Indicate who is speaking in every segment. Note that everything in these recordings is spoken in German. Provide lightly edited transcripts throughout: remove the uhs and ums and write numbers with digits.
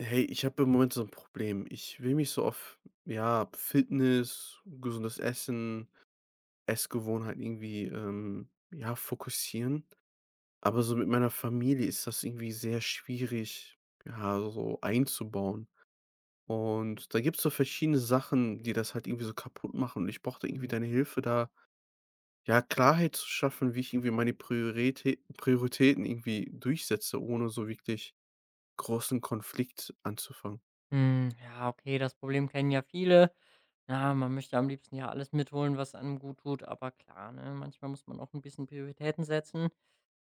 Speaker 1: Hey, ich habe im Moment so ein Problem. Ich will mich so auf, ja, Fitness, gesundes Essen, Essgewohnheiten irgendwie, ja, fokussieren. Aber so mit meiner Familie ist das irgendwie sehr schwierig, ja, so einzubauen. Und da gibt's so verschiedene Sachen, die das halt irgendwie so kaputt machen. Und ich brauche da irgendwie
Speaker 2: Mhm.
Speaker 1: deine Hilfe, da, ja, Klarheit zu schaffen, wie ich irgendwie meine Prioritäten irgendwie durchsetze, ohne so wirklich großen Konflikt anzufangen.
Speaker 2: Hm, ja, okay, das Problem kennen ja viele. Ja, man möchte ja am liebsten ja alles mitholen, was einem gut tut, aber klar, ne, manchmal muss man auch ein bisschen Prioritäten setzen.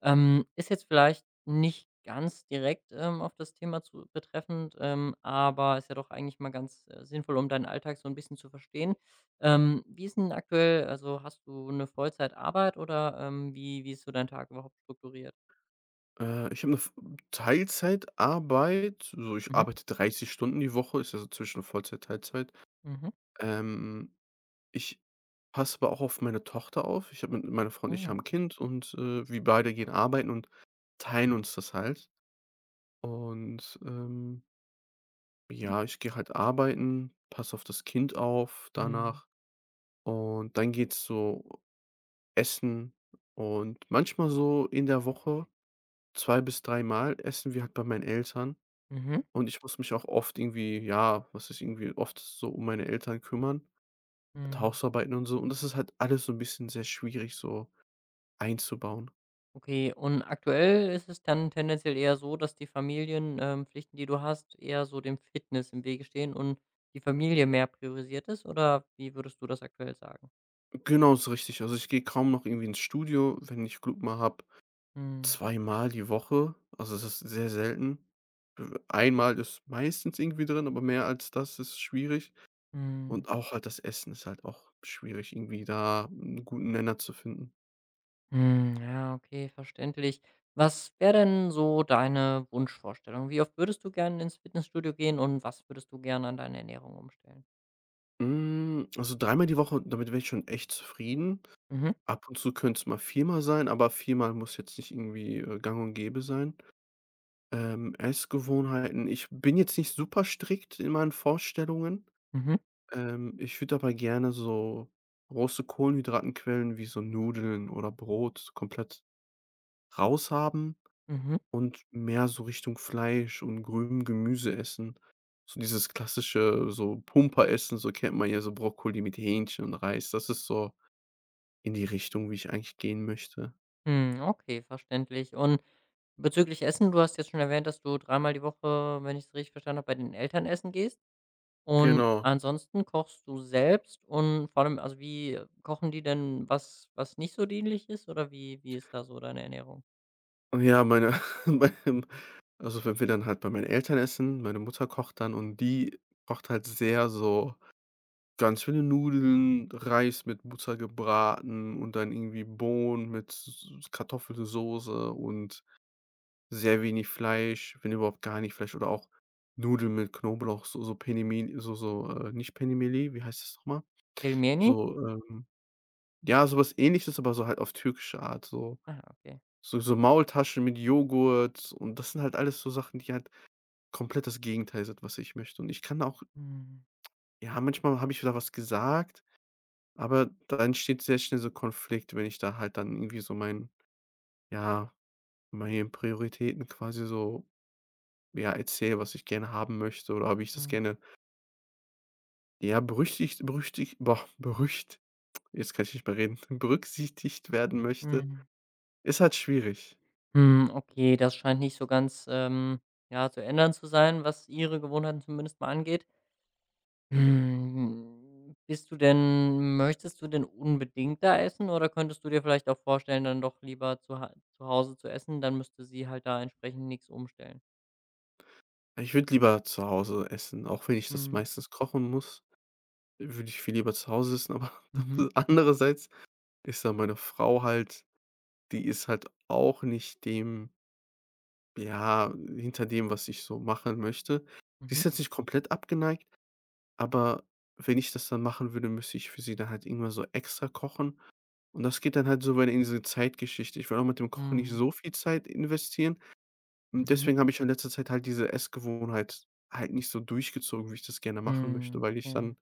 Speaker 2: Ist jetzt vielleicht nicht ganz direkt auf das Thema zu betreffend, aber ist ja doch eigentlich mal ganz sinnvoll, um deinen Alltag so ein bisschen zu verstehen. Wie ist denn aktuell, also hast du eine Vollzeitarbeit oder wie ist so dein Tag überhaupt strukturiert?
Speaker 1: Ich habe eine Teilzeitarbeit, so ich
Speaker 2: Mhm.
Speaker 1: arbeite 30 Stunden die Woche, ist also zwischen Vollzeit, Teilzeit.
Speaker 2: Mhm.
Speaker 1: Ähm, ich passe aber auch auf meine Tochter auf. Ich habe mit meiner Frau und ich
Speaker 2: Mhm.
Speaker 1: haben 'n Kind und, wir beide gehen arbeiten und teilen uns das halt. Und, ja, ich gehe halt arbeiten, passe auf das Kind auf
Speaker 2: Mhm.
Speaker 1: danach und dann geht's so essen und manchmal so in der Woche 2 bis 3 Mal essen wir halt bei meinen Eltern.
Speaker 2: Mhm.
Speaker 1: Und ich muss mich auch oft irgendwie ja, was ist irgendwie oft so um meine Eltern kümmern, mit
Speaker 2: Mhm.
Speaker 1: Hausarbeiten und so. Und das ist halt alles so ein bisschen sehr schwierig so einzubauen.
Speaker 2: Okay, und aktuell ist es dann tendenziell eher so, dass die Familienpflichten, Pflichten, die du hast, eher so dem Fitness im Wege stehen und die Familie mehr priorisiert ist? Oder wie würdest du das aktuell sagen?
Speaker 1: Genau, ist richtig. Also, ich gehe kaum noch irgendwie ins Studio, wenn ich Glück mal habe,
Speaker 2: Hm,
Speaker 1: zweimal die Woche. Also, es ist sehr selten. Einmal ist meistens irgendwie drin, aber mehr als das ist schwierig.
Speaker 2: hm,
Speaker 1: Und auch halt das Essen ist halt auch schwierig, irgendwie da einen guten Nenner zu finden.
Speaker 2: hm, ja, okay, verständlich. Was wäre denn so deine Wunschvorstellung? Wie oft würdest du gerne ins Fitnessstudio gehen und was würdest du gerne an deine Ernährung umstellen?
Speaker 1: Hm, also, dreimal die Woche, damit wäre ich schon echt zufrieden.
Speaker 2: Mhm,
Speaker 1: Ab und zu könnte es mal viermal sein, aber viermal muss jetzt nicht irgendwie, gang und gäbe sein. Essgewohnheiten ich bin jetzt nicht super strikt in meinen Vorstellungen.
Speaker 2: mhm,
Speaker 1: Ich würde aber gerne so große Kohlenhydratenquellen wie so Nudeln oder Brot komplett raushaben
Speaker 2: mhm.
Speaker 1: und mehr so Richtung Fleisch und grünem Gemüse essen. So dieses klassische so Pumperessen, so kennt man ja, so Brokkoli mit Hähnchen und Reis. Das ist so in die Richtung, wie ich eigentlich gehen möchte.
Speaker 2: Hm, okay, verständlich. Und bezüglich Essen, du hast jetzt schon erwähnt, dass du dreimal die Woche, wenn ich es richtig verstanden habe, bei den Eltern essen gehst. Und
Speaker 1: Genau.
Speaker 2: ansonsten kochst du selbst und vor allem, also, wie kochen die denn was, was nicht so dienlich ist oder wie ist da so deine Ernährung?
Speaker 1: Ja, meine beim also, wenn wir dann halt bei meinen Eltern essen, meine Mutter kocht dann und die kocht halt sehr so ganz viele Nudeln, Reis mit Butter gebraten und dann irgendwie Bohnen mit S Kartoffelsoße und sehr wenig Fleisch, wenn überhaupt gar nicht Fleisch oder auch Nudeln mit Knoblauch, so so Penne so so, nicht Penimeli, wie heißt das nochmal?
Speaker 2: Pelmeni?
Speaker 1: So, ja, sowas Ähnliches, aber so halt auf türkische Art so.
Speaker 2: Ah, okay.
Speaker 1: So so Maultaschen mit Joghurt und das sind halt alles so Sachen, die halt komplett das Gegenteil sind, was ich möchte. Und ich kann auch
Speaker 2: Mhm,
Speaker 1: ja, manchmal habe ich wieder was gesagt, aber da entsteht sehr schnell so Konflikt, wenn ich da halt dann irgendwie so mein ja, meine Prioritäten quasi so, ja, erzähle, was ich gerne haben möchte oder wie ich das
Speaker 2: mhm,
Speaker 1: gerne, ja, berüchtigt berüchtigt boah, berücht jetzt kann ich nicht mehr reden, berücksichtigt werden möchte.
Speaker 2: mhm.
Speaker 1: Ist halt schwierig.
Speaker 2: Hm, okay, das scheint nicht so ganz, ja, zu ändern zu sein, was ihre Gewohnheiten zumindest mal angeht. Hm, bist du denn möchtest du denn unbedingt da essen oder könntest du dir vielleicht auch vorstellen, dann doch lieber zu Hause zu essen? Dann müsste sie halt da entsprechend nichts umstellen.
Speaker 1: Ich würde lieber zu Hause essen, auch wenn ich das
Speaker 2: Mhm.
Speaker 1: meistens kochen muss. Würde ich viel lieber zu Hause sitzen, aber
Speaker 2: Mhm.
Speaker 1: andererseits ist da meine Frau halt, die ist halt auch nicht dem, ja, hinter dem, was ich so machen möchte. Die
Speaker 2: Mhm.
Speaker 1: ist jetzt nicht komplett abgeneigt, aber wenn ich das dann machen würde, müsste ich für sie dann halt irgendwann so extra kochen. Und das geht dann halt so weit in diese Zeitgeschichte. Ich will auch mit dem Kochen nicht
Speaker 2: Mhm.
Speaker 1: so viel Zeit investieren. Und
Speaker 2: Mhm.
Speaker 1: deswegen habe ich in letzter Zeit halt diese Essgewohnheit halt nicht so durchgezogen, wie ich das gerne machen möchte,
Speaker 2: Mhm.
Speaker 1: weil ich
Speaker 2: Ja.
Speaker 1: dann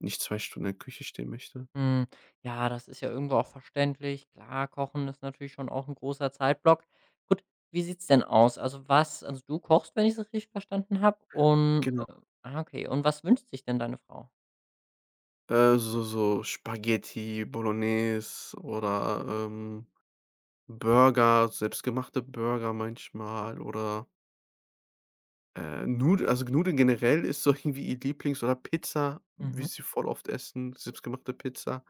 Speaker 1: nicht 2 Stunden in der Küche stehen möchte.
Speaker 2: Mhm. Ja, das ist ja irgendwo auch verständlich. Klar, Kochen ist natürlich schon auch ein großer Zeitblock. Gut, wie sieht's denn aus? Also, du kochst, wenn ich es richtig verstanden habe und,
Speaker 1: Genau.
Speaker 2: ah, okay. Und was wünscht sich denn deine Frau?
Speaker 1: So so Spaghetti Bolognese oder, Burger, selbstgemachte Burger manchmal oder, Nud also Nudeln generell ist so irgendwie ihr Lieblings oder Pizza, wie
Speaker 2: Mhm.
Speaker 1: sie voll oft essen, selbstgemachte Pizza.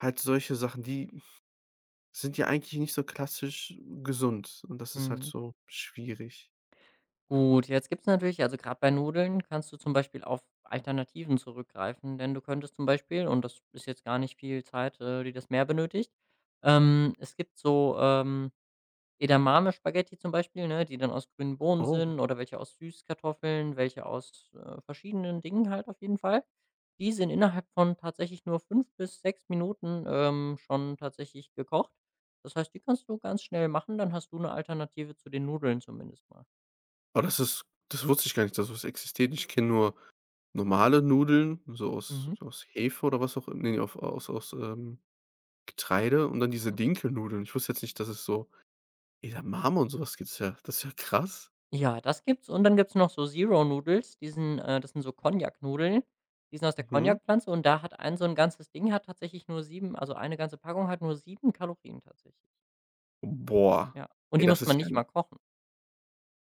Speaker 1: Halt solche Sachen, die sind ja eigentlich nicht so klassisch gesund und das ist halt
Speaker 2: Mhm.
Speaker 1: so schwierig.
Speaker 2: Gut, jetzt gibt es natürlich, also gerade bei Nudeln kannst du zum Beispiel auf Alternativen zurückgreifen, denn du könntest zum Beispiel, und das ist jetzt gar nicht viel Zeit, die das mehr benötigt, es gibt so, Edamame-Spaghetti zum Beispiel, ne, die dann aus grünen Bohnen
Speaker 1: Oh,
Speaker 2: sind oder welche aus Süßkartoffeln, welche aus, verschiedenen Dingen halt, auf jeden Fall. Die sind innerhalb von tatsächlich nur 5 bis 6 Minuten, schon tatsächlich gekocht. Das heißt, die kannst du ganz schnell machen, dann hast du eine Alternative zu den Nudeln zumindest mal.
Speaker 1: aber das ist, das wusste ich gar nicht, dass sowas existiert. Ich kenne nur normale Nudeln, so aus
Speaker 2: Mhm.
Speaker 1: aus Hefe oder was auch immer, nee, auf aus Getreide und dann diese
Speaker 2: Mhm.
Speaker 1: Dinkelnudeln. Ich wusste jetzt nicht, dass es so Edamame und so was gibt's ja. Das ist ja krass.
Speaker 2: Ja, das gibt's, und dann gibt's noch so Zero Noodles, diesen das sind so Cognac-Nudeln. Die sind aus der
Speaker 1: Mhm.
Speaker 2: Cognac-Pflanze, und da hat ein, so ein ganzes Ding hat tatsächlich nur 7, also, eine ganze Packung hat nur 7 Kalorien tatsächlich.
Speaker 1: Boah.
Speaker 2: Ja, und
Speaker 1: Ey,
Speaker 2: die
Speaker 1: das
Speaker 2: muss man
Speaker 1: ist ja
Speaker 2: nicht mal
Speaker 1: 'n
Speaker 2: kochen.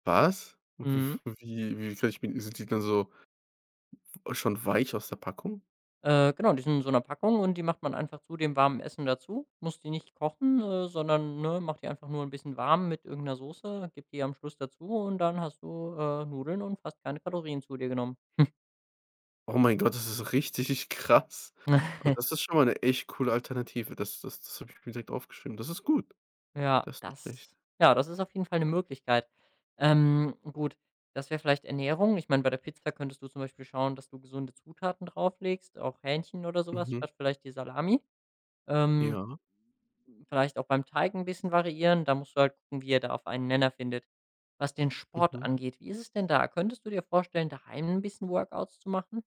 Speaker 1: was? W
Speaker 2: Mhm.
Speaker 1: wie wie kann ich mir, sind die dann so schon weich aus der Packung?
Speaker 2: Genau, die sind in so 'ner Packung, und die macht man einfach zu dem warmen Essen dazu, muss die nicht kochen, sondern, ne, macht die einfach nur ein bisschen warm mit irgendeiner 'ner Soße, gibt die am Schluss dazu, und dann hast du, Nudeln und fast keine Kalorien zu dir genommen.
Speaker 1: Oh mein Gott, das ist richtig krass. Also, das ist schon mal 'ne echt coole Alternative. Das habe ich mir direkt aufgeschrieben. Das ist gut.
Speaker 2: Ja,
Speaker 1: Das ist nicht schlecht.
Speaker 2: das ist auf jeden Fall eine Möglichkeit. Gut, das wäre vielleicht Ernährung. Ich meine, bei der Pizza könntest du zum Beispiel schauen, dass du gesunde Zutaten drauflegst, auch Hähnchen oder sowas
Speaker 1: Mhm.
Speaker 2: statt vielleicht die Salami. Ähm,
Speaker 1: Ja.
Speaker 2: Vielleicht auch beim Teig ein bisschen variieren. Da musst du halt gucken, wie ihr da auf einen Nenner findet. Was den Sport
Speaker 1: Mhm.
Speaker 2: angeht, wie ist es denn da? Könntest du dir vorstellen, daheim ein bisschen Workouts zu machen?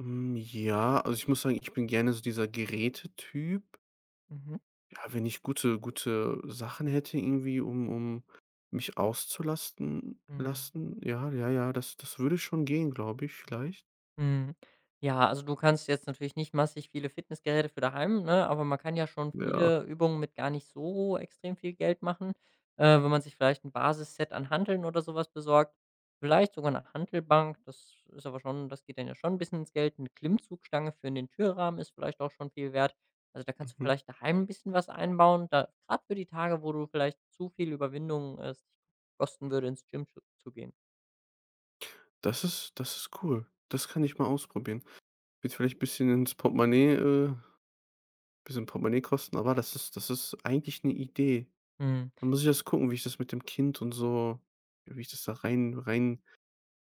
Speaker 1: Hm, ja, also, ich muss sagen, ich bin gerne so dieser Gerätetyp.
Speaker 2: Mhm.
Speaker 1: Ja, wenn ich gute Sachen hätte irgendwie, um mich auszulasten
Speaker 2: Mhm.
Speaker 1: lassen, ja, ja, ja, das würde schon gehen, glaube ich, vielleicht.
Speaker 2: Mhm. Ja, also du kannst jetzt natürlich nicht massig viele Fitnessgeräte für daheim, ne, aber man kann ja schon
Speaker 1: Ja,
Speaker 2: viele Übungen mit gar nicht so extrem viel Geld machen. Wenn man sich vielleicht ein Basisset an Hanteln oder sowas besorgt, vielleicht sogar eine Hantelbank, das geht dann ja schon 'n bisschen ins Geld. Eine Klimmzugstange für in den Türrahmen ist vielleicht auch schon viel wert. Also, da kannst du
Speaker 1: mhm.
Speaker 2: vielleicht daheim ein bisschen was einbauen, da grad für die Tage, wo du vielleicht zu viel Überwindung, es dich kosten würde, ins Gym zu gehen.
Speaker 1: Das ist cool. Das kann ich mal ausprobieren. Wird vielleicht ein bisschen ins Portemonnaie, bisschen Portemonnaie kosten, aber das ist eigentlich eine Idee.
Speaker 2: Mhm.
Speaker 1: Da muss ich das gucken, wie ich das mit dem Kind und so, wie ich das da rein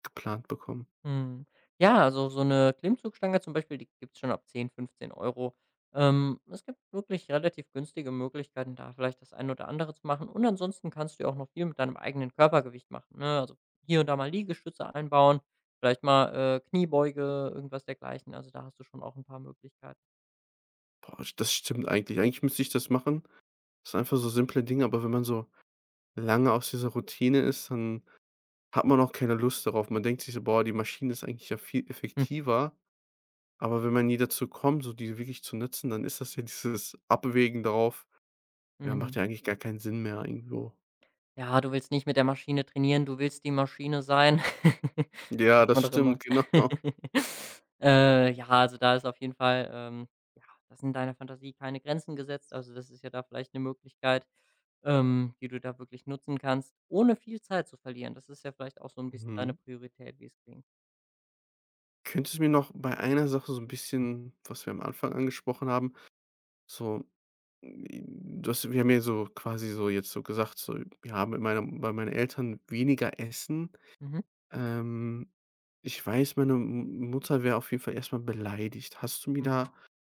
Speaker 1: geplant bekomme.
Speaker 2: Mhm. Ja, also so eine Klimmzugstange zum Beispiel, die gibt's schon ab 10, 15 Euro. Es gibt wirklich relativ günstige Möglichkeiten, da vielleicht das eine oder andere zu machen. Und ansonsten kannst du ja auch noch viel mit deinem eigenen Körpergewicht machen, ne? Also, hier und da mal Liegestütze einbauen, vielleicht mal, Kniebeuge, irgendwas dergleichen. Also, da hast du schon auch ein paar Möglichkeiten.
Speaker 1: Boah, das stimmt eigentlich. Eigentlich müsste ich das machen. Das sind einfach so simple Dinge, aber wenn man so lange aus dieser Routine ist, dann hat man auch keine Lust darauf. Man denkt sich so: „Boah, die Maschine ist eigentlich ja viel
Speaker 2: Hm.
Speaker 1: effektiver." Aber wenn man nie dazu kommt, so die wirklich zu nutzen, dann ist das ja dieses Abwägen darauf, ja,
Speaker 2: Mhm.
Speaker 1: macht ja eigentlich gar keinen Sinn mehr irgendwo.
Speaker 2: Ja, du willst nicht mit der Maschine trainieren, du willst die Maschine sein.
Speaker 1: Ja, das
Speaker 2: Man doch
Speaker 1: stimmt,
Speaker 2: immer.
Speaker 1: genau.
Speaker 2: Ja, also da ist auf jeden Fall, ja, das sind deiner Fantasie keine Grenzen gesetzt. Also, das ist ja da vielleicht eine Möglichkeit, die du da wirklich nutzen kannst, ohne viel Zeit zu verlieren. Das ist ja vielleicht auch so ein bisschen deine
Speaker 1: Mhm.
Speaker 2: Priorität, wie es klingt.
Speaker 1: Könntest du mir noch bei einer Sache so ein bisschen, was wir am Anfang angesprochen haben, so i- du hast wir haben ja so quasi so jetzt so gesagt, so: „Ja, mit meiner bei meinen Eltern weniger essen."
Speaker 2: Mhm.
Speaker 1: Ähm, ich weiß, meine M Mutter wäre auf jeden Fall erstmal beleidigt. Hast du mir
Speaker 2: Mhm.
Speaker 1: da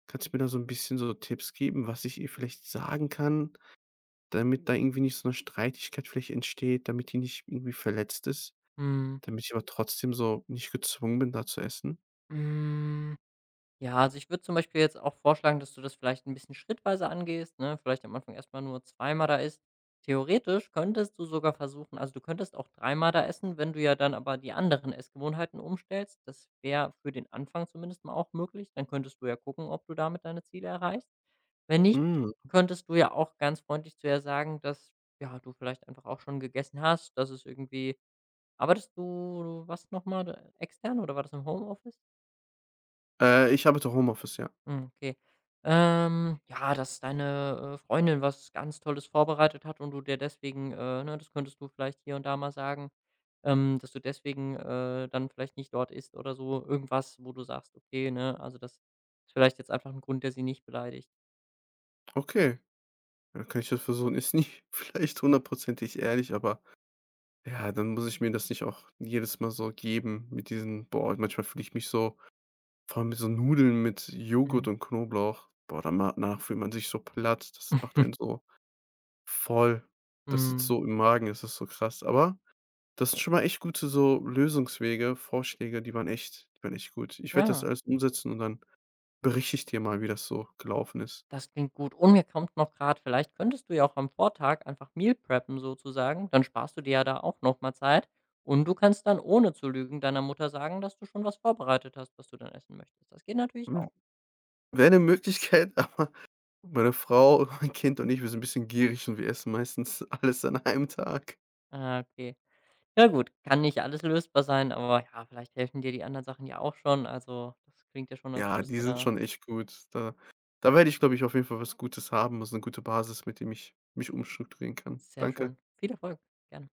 Speaker 1: kannst du mir da so ein bisschen so Tipps geben, was ich ihr vielleicht sagen kann, damit da irgendwie nicht so eine Streitigkeit vielleicht entsteht, damit die nicht irgendwie verletzt ist,
Speaker 2: Mhm.
Speaker 1: damit ich aber trotzdem so nicht gezwungen bin, da zu essen?
Speaker 2: Hm. Ja, also ich würde zum Beispiel jetzt auch vorschlagen, dass du das vielleicht ein bisschen schrittweise angehst, ne? Vielleicht am Anfang erst mal nur zweimal da isst. Theoretisch könntest du sogar versuchen, also, du könntest auch dreimal da essen, wenn du ja dann aber die anderen Essgewohnheiten umstellst. Das wäre für den Anfang zumindest mal auch möglich. Dann könntest du ja gucken, ob du damit deine Ziele erreichst. Wenn nicht,
Speaker 1: Hm,
Speaker 2: könntest du ja auch ganz freundlich zu ihr sagen, dass, ja, du vielleicht einfach auch schon gegessen hast, dass es irgendwie. Arbeitest du was noch mal extern oder war das im Homeoffice?
Speaker 1: ich arbeite Homeoffice, ja.
Speaker 2: Hm, okay. Ja, dass deine, Freundin was ganz Tolles vorbereitet hat und du dir deswegen, ne, das könntest du vielleicht hier und da mal sagen, dass du deswegen, dann vielleicht nicht dort isst oder so irgendwas, wo du sagst: „Okay, ne, also das ist vielleicht jetzt einfach ein Grund, der sie nicht beleidigt.“
Speaker 1: Okay, dann kann ich das versuchen. Ist nicht vielleicht hundertprozentig ehrlich, aber ja, dann muss ich mir das nicht auch jedes Mal so geben mit diesen, boah, manchmal fühle ich mich so. Vor allem mit so Nudeln mit Joghurt
Speaker 2: Mhm.
Speaker 1: und Knoblauch. Boah, danach fühlt man sich so platt. Das macht einen so voll. Das sitzt
Speaker 2: Mhm.
Speaker 1: so im Magen, das ist so krass. Aber das sind schon mal echt gute so Lösungswege, Vorschläge, die waren echt gut. Ich werde das
Speaker 2: Ja.
Speaker 1: alles umsetzen und dann berichte ich dir mal, wie das so gelaufen ist.
Speaker 2: Das klingt gut. Und mir kommt noch gerade, vielleicht könntest du ja auch am Vortag einfach Meal preppen, sozusagen, dann sparst du dir ja da auch nochmal Zeit und du kannst dann, ohne zu lügen, deiner Mutter sagen, dass du schon was vorbereitet hast, was du dann essen möchtest. Das geht natürlich
Speaker 1: Hm,
Speaker 2: auch.
Speaker 1: wäre 'ne Möglichkeit, aber meine Frau, mein Kind und ich, wir sind ein bisschen gierig und wir essen meistens alles an einem Tag.
Speaker 2: Ah, okay. Ja gut, kann nicht alles lösbar sein, aber ja, vielleicht helfen dir die anderen Sachen ja auch schon. Also, das klingt ja schon, als
Speaker 1: Ja,
Speaker 2: würdest
Speaker 1: die
Speaker 2: du
Speaker 1: sind
Speaker 2: da.
Speaker 1: schon echt gut. Da werde ich, glaube ich, auf jeden Fall was Gutes haben, also eine gute Basis, mit dem ich mich umstrukturieren kann.
Speaker 2: Sehr
Speaker 1: Danke.
Speaker 2: schön. Viel Erfolg. Gerne.